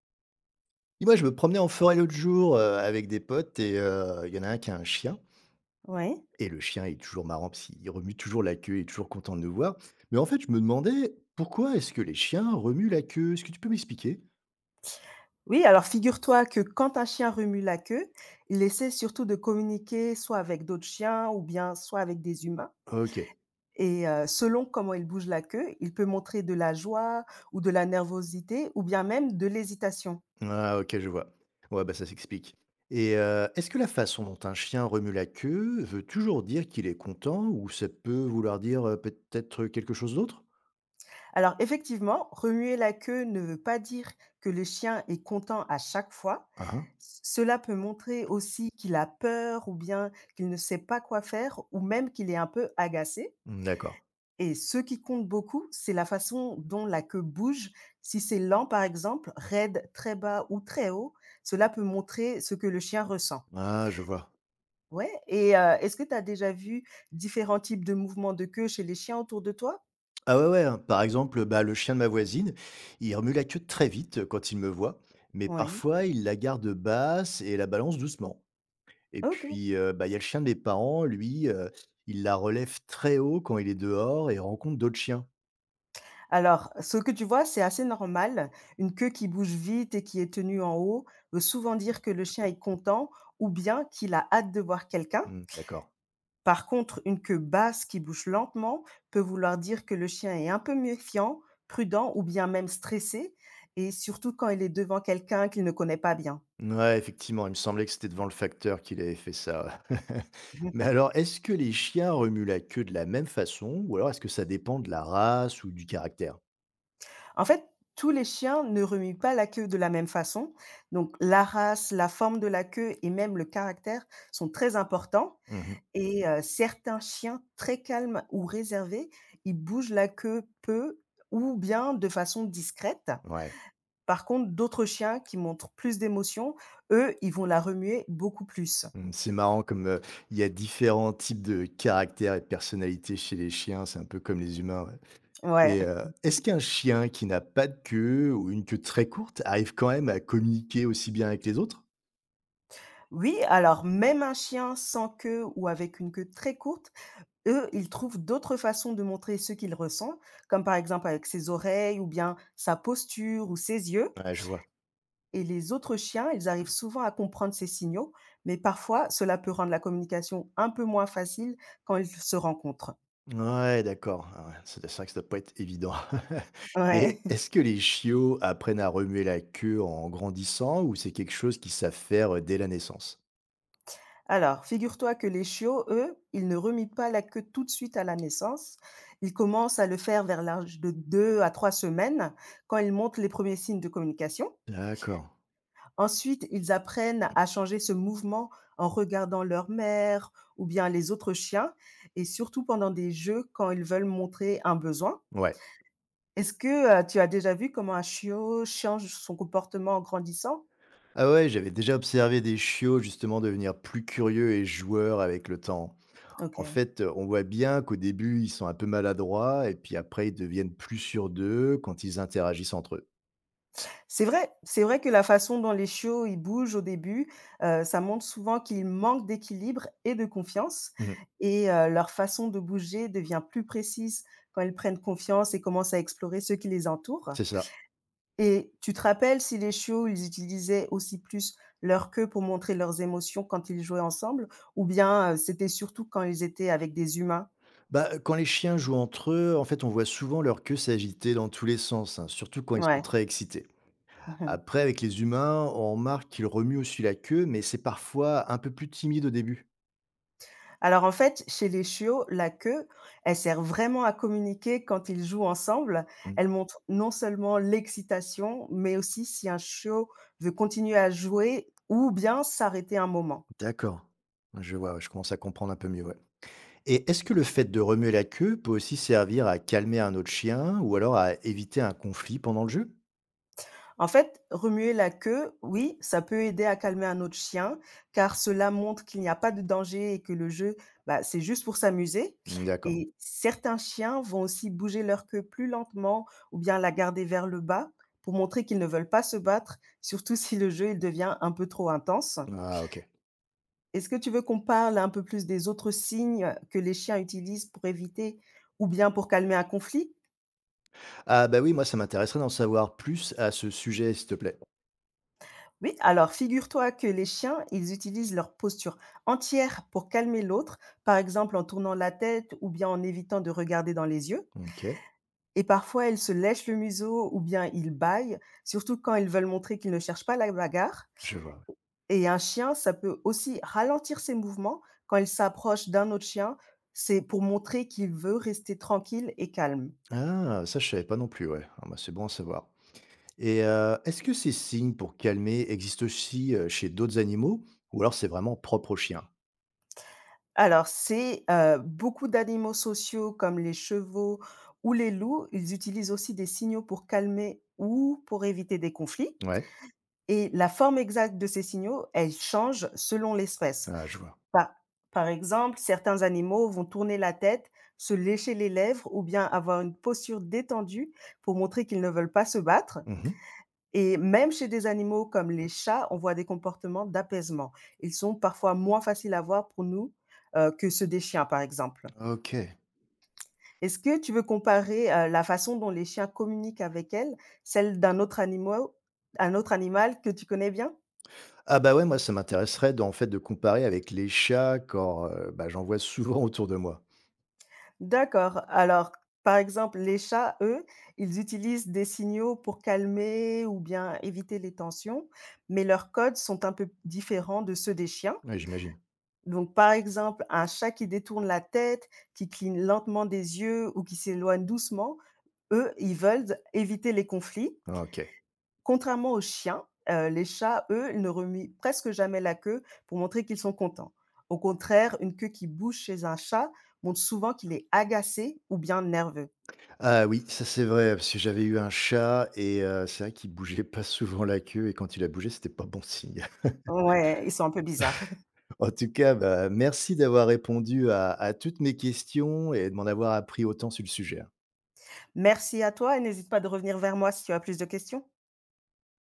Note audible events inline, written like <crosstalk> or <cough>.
Et moi, je me promenais en forêt l'autre jour, avec des potes et il y en a un qui a un chien Ouais. et le chien est toujours marrant parce qu'il remue toujours la queue, il est toujours content de nous voir. Mais en fait, je me demandais pourquoi est-ce que les chiens remuent la queue? Est-ce que tu peux m'expliquer? Oui, alors figure-toi que quand un chien remue la queue, il essaie surtout de communiquer soit avec d'autres chiens ou bien soit avec des humains. OK. Selon comment il bouge la queue, il peut montrer de la joie ou de la nervosité ou bien même de l'hésitation. Ah OK, je vois. Ouais, bah, ça s'explique et est-ce que la façon dont un chien remue la queue veut toujours dire qu'il est content ou ça peut vouloir dire, peut-être quelque chose d'autre? Alors effectivement, remuer la queue ne veut pas dire que le chien est content à chaque fois. Ah, hein. Cela peut montrer aussi qu'il a peur ou bien qu'il ne sait pas quoi faire ou même qu'il est un peu agacé. D'accord. Et ce qui compte beaucoup, c'est la façon dont la queue bouge. Si c'est lent, par exemple, raide, très bas ou très haut, cela peut montrer ce que le chien ressent. Ah, je vois. Ouais, est-ce que tu as déjà vu différents types de mouvements de queue chez les chiens autour de toi? Ah ouais, ouais, hein. Par exemple, bah, le chien de ma voisine, il remue la queue très vite quand il me voit, mais Oui, parfois il la garde basse et la balance doucement. Et OK. puis, bah, il y a le chien de mes parents, lui, il la relève très haut quand il est dehors et rencontre d'autres chiens. Alors, ce que tu vois, c'est assez normal. Une queue qui bouge vite et qui est tenue en haut veut souvent dire que le chien est content ou bien qu'il a hâte de voir quelqu'un. Hmm, d'accord. Par contre, une queue basse qui bouge lentement peut vouloir dire que le chien est un peu méfiant, prudent ou bien même stressé, et surtout quand il est devant quelqu'un qu'il ne connaît pas bien. Ouais, effectivement, il me semblait que c'était devant le facteur qu'il avait fait ça. <laughs> Mais alors, est-ce que les chiens remuent la queue de la même façon, ou alors est-ce que ça dépend de la race ou du caractère? En fait, tous les chiens ne remuent pas la queue de la même façon. Donc, la race, la forme de la queue et même le caractère sont très importants. Mhm. Certains chiens très calmes ou réservés, ils bougent la queue peu ou bien de façon discrète. Ouais. Par contre, d'autres chiens qui montrent plus d'émotion, eux, ils vont la remuer beaucoup plus. Mmh, c'est marrant comme, il y a différents types de caractères et de personnalités chez les chiens, c'est un peu comme les humains, ouais, Ouais. et est-ce qu'un chien qui n'a pas de queue ou une queue très courte arrive quand même à communiquer aussi bien avec les autres? Oui, alors même un chien sans queue ou avec une queue très courte, eux, ils trouvent d'autres façons de montrer ce qu'ils ressentent, comme par exemple avec ses oreilles ou bien sa posture ou ses yeux. Ouais, je vois. Et les autres chiens, ils arrivent souvent à comprendre ces signaux, mais parfois, cela peut rendre la communication un peu moins facile quand ils se rencontrent. Ouais, d'accord, ah ouais, c'est vrai que ça doit pas être évident. <laughs> Et Ouais. est-ce que les chiots apprennent à remuer la queue en grandissant ou c'est quelque chose qu'ils savent faire, dès la naissance? Alors, figure-toi que les chiots, eux, ils ne remuent pas la queue tout de suite à la naissance. Ils commencent à le faire vers l'âge de 2 à 3 semaines, quand ils montrent les premiers signes de communication. D'accord. Ensuite, ils apprennent à changer ce mouvement en regardant leur mère ou bien les autres chiens, et surtout pendant des jeux quand ils veulent montrer un besoin. Ouais. Est-ce que tu as déjà vu comment un chiot change son comportement en grandissant? Ah ouais, j'avais déjà observé des chiots justement devenir plus curieux et joueurs avec le temps. Ok. En fait, on voit bien qu'au début, ils sont un peu maladroits et puis après, ils deviennent plus sûrs d'eux quand ils interagissent entre eux. C'est vrai que la façon dont les chiots, ils bougent au début, ça montre souvent qu'ils manquent d'équilibre et de confiance Mhm. et leur façon de bouger devient plus précise quand ils prennent confiance et commencent à explorer ceux qui les entourent C'est ça. et tu te rappelles si les chiots, ils utilisaient aussi plus leur queue pour montrer leurs émotions quand ils jouaient ensemble ou bien, c'était surtout quand ils étaient avec des humains? Bah, quand les chiens jouent entre eux, en fait, on voit souvent leur queue s'agiter dans tous les sens, hein, surtout quand ils sont Ouais. très excités. <laughs> Après, avec les humains, on remarque qu'ils remuent aussi la queue, mais c'est parfois un peu plus timide au début. Alors en fait, chez les chiots, la queue, elle sert vraiment à communiquer quand ils jouent ensemble. Mhm. Elle montre non seulement l'excitation, mais aussi si un chiot veut continuer à jouer ou bien s'arrêter un moment. D'accord. Je vois, je commence à comprendre un peu mieux, ouais. Et est-ce que le fait de remuer la queue peut aussi servir à calmer un autre chien ou alors à éviter un conflit pendant le jeu? En fait, remuer la queue, oui, ça peut aider à calmer un autre chien, car cela montre qu'il n'y a pas de danger et que le jeu, bah, c'est juste pour s'amuser. Mmh, d'accord. Et certains chiens vont aussi bouger leur queue plus lentement ou bien la garder vers le bas pour montrer qu'ils ne veulent pas se battre, surtout si le jeu il devient un peu trop intense. Ah, OK. Est-ce que tu veux qu'on parle un peu plus des autres signes que les chiens utilisent pour éviter ou bien pour calmer un conflit? Ah, bah, oui, moi, ça m'intéresserait d'en savoir plus à ce sujet, s'il te plaît. Oui, alors figure-toi que les chiens, ils utilisent leur posture entière pour calmer l'autre, par exemple en tournant la tête ou bien en évitant de regarder dans les yeux. OK, Et parfois, ils se lèchent le museau ou bien ils bâillent, surtout quand ils veulent montrer qu'ils ne cherchent pas la bagarre. je vois, ouais. Et un chien, ça peut aussi ralentir ses mouvements quand il s'approche d'un autre chien, c'est pour montrer qu'il veut rester tranquille et calme. Ah, ça, je savais pas non plus, ouais. Ah, bah, c'est bon à savoir. Et est-ce que ces signes pour calmer existent aussi, chez d'autres animaux ou alors c'est vraiment propre aux chiens? Alors, c'est, beaucoup d'animaux sociaux comme les chevaux ou les loups, ils utilisent aussi des signaux pour calmer ou pour éviter des conflits Ouais. et la forme exacte de ces signaux, elle change selon l'espèce. Ah, je vois. Par Par exemple, certains animaux vont tourner la tête, se lécher les lèvres ou bien avoir une posture détendue pour montrer qu'ils ne veulent pas se battre Mmh. et même chez des animaux comme les chats, on voit des comportements d'apaisement. Ils sont parfois moins faciles à voir pour nous, que ceux des chiens, par exemple. OK. Est-ce que tu veux comparer, la façon dont les chiens communiquent avec elles, celle d'un autre animal, un autre animal que tu connais bien? Ah bah ouais, moi ça m'intéresserait d'en fait de comparer avec les chats quand, bah, j'en vois souvent <laughs> autour de moi. D'accord. Alors, par exemple, les chats, eux, ils utilisent des signaux pour calmer ou bien éviter les tensions, mais leurs codes sont un peu différents de ceux des chiens. Ouais, j'imagine. Donc, par exemple, un chat qui détourne la tête, qui cligne lentement des yeux ou qui s'éloigne doucement, eux, ils veulent éviter les conflits. OK. Contrairement aux chiens, les chats, eux, ils ne remuent presque jamais la queue pour montrer qu'ils sont contents. Au contraire, une queue qui bouge chez un chat montre souvent qu'il est agacé ou bien nerveux. Ah oui, ça c'est vrai, parce que j'avais eu un chat et c'est vrai qu'il bougeait pas souvent la queue et quand il a bougé, c'était pas bon signe. <laughs> Ouais, ils sont un peu bizarres. En tout cas, bah, merci d'avoir répondu à toutes mes questions et de m'en avoir appris autant sur le sujet, hein. Merci à toi et n'hésite pas de revenir vers moi si tu as plus de questions.